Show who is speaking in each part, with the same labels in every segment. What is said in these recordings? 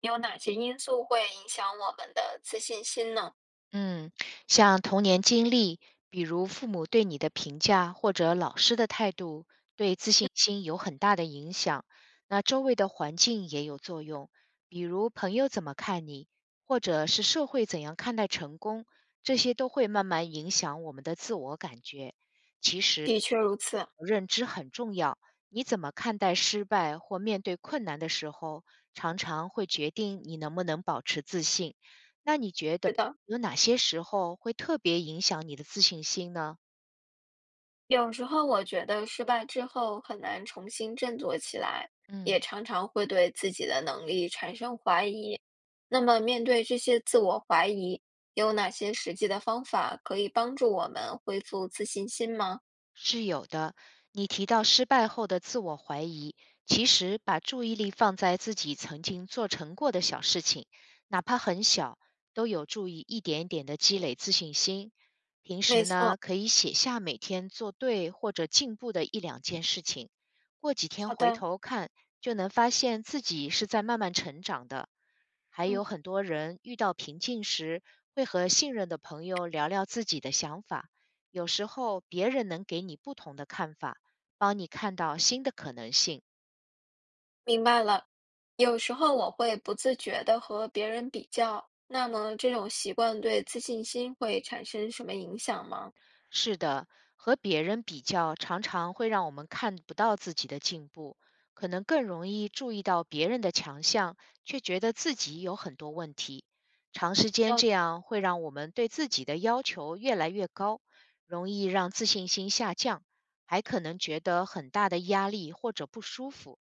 Speaker 1: 有哪些因素会影响我们的自信心呢？
Speaker 2: 嗯，像童年经历，比如父母对你的评价或者老师的态度，对自信心有很大的影响。那周围的环境也有作用，比如朋友怎么看你，或者是社会怎样看待成功，这些都会慢慢影响我们的自我感觉。
Speaker 1: 的确如此，
Speaker 2: 认知很重要。你怎么看待失败或面对困难的时候，常常会决定你能不能保持自信。那你觉得
Speaker 1: 是的，
Speaker 2: 有哪些时候会特别影响你的自信心呢？
Speaker 1: 有时候我觉得失败之后很难重新振作起来，也
Speaker 2: 嗯。
Speaker 1: 常常会对自己的能力产生怀疑。那么，面对这些自我怀疑，有哪些实际的方法可以帮助我们恢复自信心吗？
Speaker 2: 是有的。你提到失败后的自我怀疑，其实把注意力放在自己曾经做成过的小事情，哪怕很小，都有助于一点点的积累自信心。平时
Speaker 1: 没
Speaker 2: 呢，
Speaker 1: 错。
Speaker 2: 可以写下每天做对或者进步的一两件事情，过几天
Speaker 1: 好
Speaker 2: 回
Speaker 1: 的，
Speaker 2: 头看，就能发现自己是在慢慢成长的。还
Speaker 1: 嗯。
Speaker 2: 有很多人遇到瓶颈时，会和信任的朋友聊聊自己的想法。有时候别人能给你不同的看法，帮你看到新的可能性。
Speaker 1: 明白了，有时候我会不自觉的和别人比较，那么这种习惯对自信心会产生什么影响吗？
Speaker 2: 是的，和别人比较常常会让我们看不到自己的进步，可能更容易注意到别人的强项，却觉得自己有很多问题。长时间
Speaker 1: 嗯，
Speaker 2: 这样会让我们对自己的要求越来越高，容易让自信心下降，还可能觉得很大的压力或者不舒服。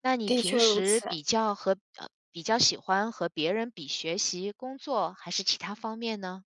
Speaker 2: 那你
Speaker 1: 的
Speaker 2: 平
Speaker 1: 确如
Speaker 2: 时
Speaker 1: 此。
Speaker 2: 比较和比较喜欢和别人比学习、工作还是其他方面呢？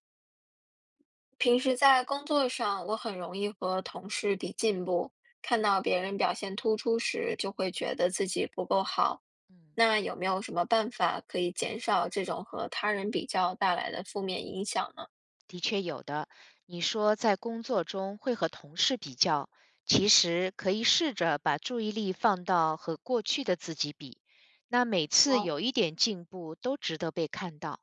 Speaker 1: 平时在工作上，我很容易和同事比进步，看到别人表现突出时，就会觉得自己不够好。
Speaker 2: 嗯。
Speaker 1: 那有没有什么办法可以减少这种和他人比较带来的负面影响呢？
Speaker 2: 的确有的。你说在工作中会和同事比较，其实可以试着把注意力放到和过去的自己比，那每次
Speaker 1: 哦，
Speaker 2: 有一点进步都值得被看到。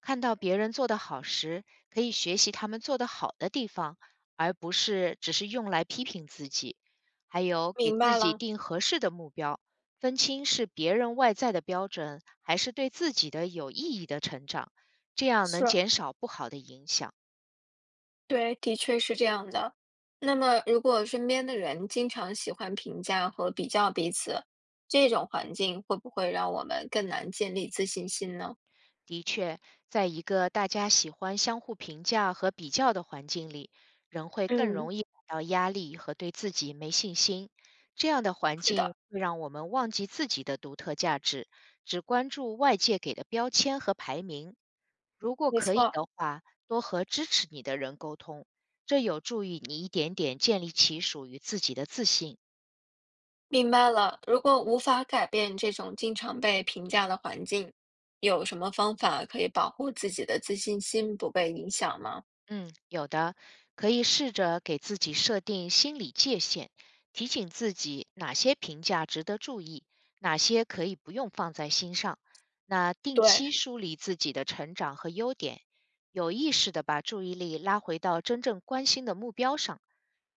Speaker 2: 看到别人做得好时，可以学习他们做得好的地方，而不是只是用来批评自己。还有，给
Speaker 1: 明
Speaker 2: 自
Speaker 1: 白
Speaker 2: 己
Speaker 1: 了，
Speaker 2: 定合适的目标，分清是别人外在的标准，还是对自己的有意义的成长，这样能
Speaker 1: 是。
Speaker 2: 减少不好的影响。
Speaker 1: 对，的确是这样的。那么，如果身边的人经常喜欢评价和比较彼此，这种环境会不会让我们更难建立自信心呢？
Speaker 2: 的确，在一个大家喜欢相互评价和比较的环境里，人会更
Speaker 1: 嗯，
Speaker 2: 容易感到压力和对自己没信心。这样的环
Speaker 1: 是的，
Speaker 2: 境会让我们忘记自己的独特价值，只关注外界给的标签和排名。如果
Speaker 1: 没
Speaker 2: 可以
Speaker 1: 错，
Speaker 2: 的话，多和支持你的人沟通，这有助于你一点点建立起属于自己的自信。
Speaker 1: 明白了。如果无法改变这种经常被评价的环境，有什么方法可以保护自己的自信心不被影响吗？
Speaker 2: 嗯，有的，可以试着给自己设定心理界限，提醒自己哪些评价值得注意，哪些可以不用放在心上。那定
Speaker 1: 对，
Speaker 2: 期梳理自己的成长和优点，有意识的把注意力拉回到真正关心的目标上，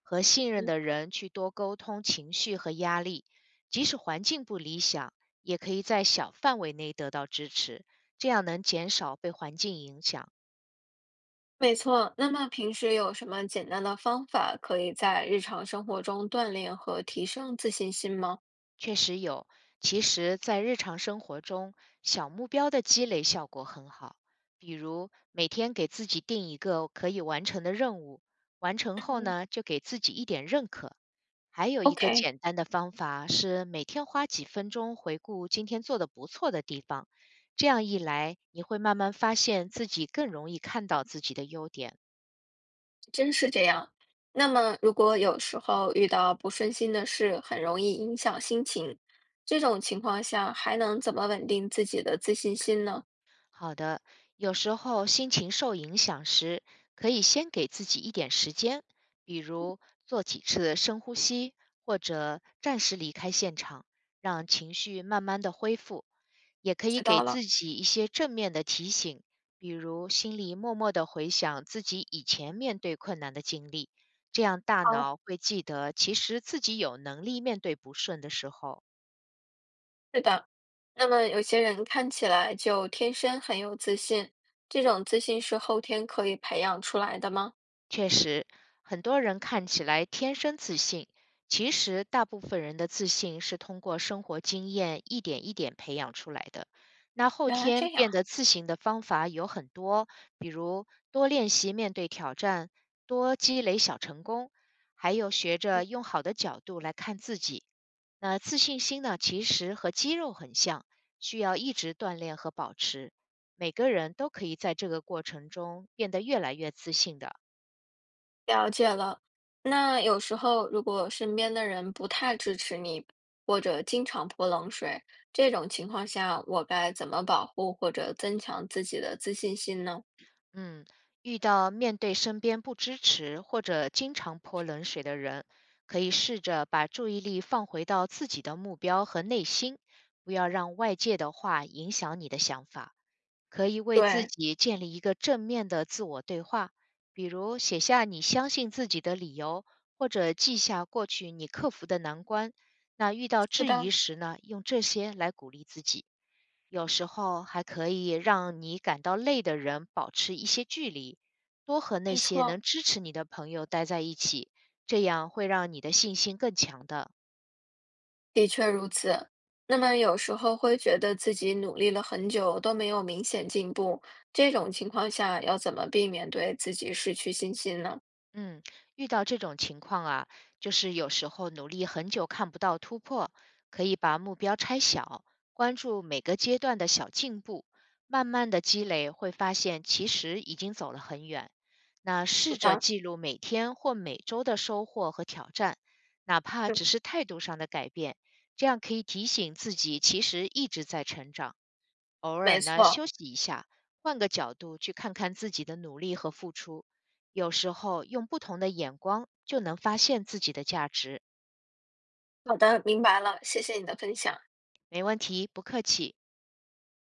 Speaker 2: 和信任
Speaker 1: 嗯，
Speaker 2: 的人去多沟通情绪和压力，即使环境不理想，也可以在小范围内得到支持，这样能减少被环境影响。
Speaker 1: 没错。那么，平时有什么简单的方法可以在日常生活中锻炼和提升自信心吗
Speaker 2: 确实有。其实，在日常生活中，小目标的积累效果很好。比如，每天给自己定一个可以完成的任务，完成后呢，就给自己一点认可。还有一个
Speaker 1: ？OK，
Speaker 2: 简单的方法是，每天花几分钟回顾今天做的不错的地方。这样一来，你会慢慢发现自己更容易看到自己的优点。
Speaker 1: 真是这样。那么，如果有时候遇到不顺心的事，很容易影响心情，这种情况下还能怎么稳定自己的自信心呢？
Speaker 2: 好的，有时候心情受影响时，可以先给自己一点时间，比如做几次深呼吸，或者暂时离开现场，让情绪慢慢的恢复。也可以
Speaker 1: 知
Speaker 2: 给
Speaker 1: 道了，
Speaker 2: 自己一些正面的提醒，比如心里默默的回想自己以前面对困难的经历，这样大
Speaker 1: 哦，
Speaker 2: 脑会记得其实自己有能力面对不顺的时候。
Speaker 1: 是的。那么，有些人看起来就天生很有自信，这种自信是后天可以培养出来的吗？
Speaker 2: 确实，很多人看起来天生自信，其实大部分人的自信是通过生活经验一点一点培养出来的。那后
Speaker 1: 原来
Speaker 2: 天
Speaker 1: 这样。
Speaker 2: 变得自信的方法有很多，比如多练习面对挑战，多积累小成功，还有学着用好的角度来看自己。那自信心呢，其实和肌肉很像，需要一直锻炼和保持。每个人都可以在这个过程中变得越来越自信的。
Speaker 1: 了解了。那有时候如果身边的人不太支持你，或者经常泼冷水，这种情况下，我该怎么保护或者增强自己的自信心呢？
Speaker 2: 嗯，遇到面对身边不支持或者经常泼冷水的人，可以试着把注意力放回到自己的目标和内心，不要让外界的话影响你的想法。可以为自
Speaker 1: 对，
Speaker 2: 己建立一个正面的自我对话，比如写下你相信自己的理由，或者记下过去你克服的难关。那遇到
Speaker 1: 是
Speaker 2: 质疑
Speaker 1: 的，
Speaker 2: 时呢，用这些来鼓励自己。有时候还可以让你感到累的人保持一些距离，多和那
Speaker 1: 没
Speaker 2: 些能
Speaker 1: 错。
Speaker 2: 支持你的朋友待在一起，这样会让你的信心更强的。
Speaker 1: 的确如此。那么有时候会觉得自己努力了很久都没有明显进步，这种情况下要怎么避免对自己失去信心呢？
Speaker 2: 嗯，遇到这种情况啊，就是有时候努力很久看不到突破，可以把目标拆小，关注每个阶段的小进步，慢慢的积累，会发现其实已经走了很远。那
Speaker 1: 好
Speaker 2: 试着
Speaker 1: 的，
Speaker 2: 记录每天或每周的收获和挑战，哪怕
Speaker 1: 嗯，
Speaker 2: 只是态度上的改变，这样可以提醒自己其实一直在成长。偶尔
Speaker 1: 没
Speaker 2: 呢
Speaker 1: 错。
Speaker 2: 休息一下，换个角度去看看自己的努力和付出。有时候用不同的眼光就能发现自己的价值。
Speaker 1: 好的，明白了，谢谢你的分享。
Speaker 2: 没问题，不客气。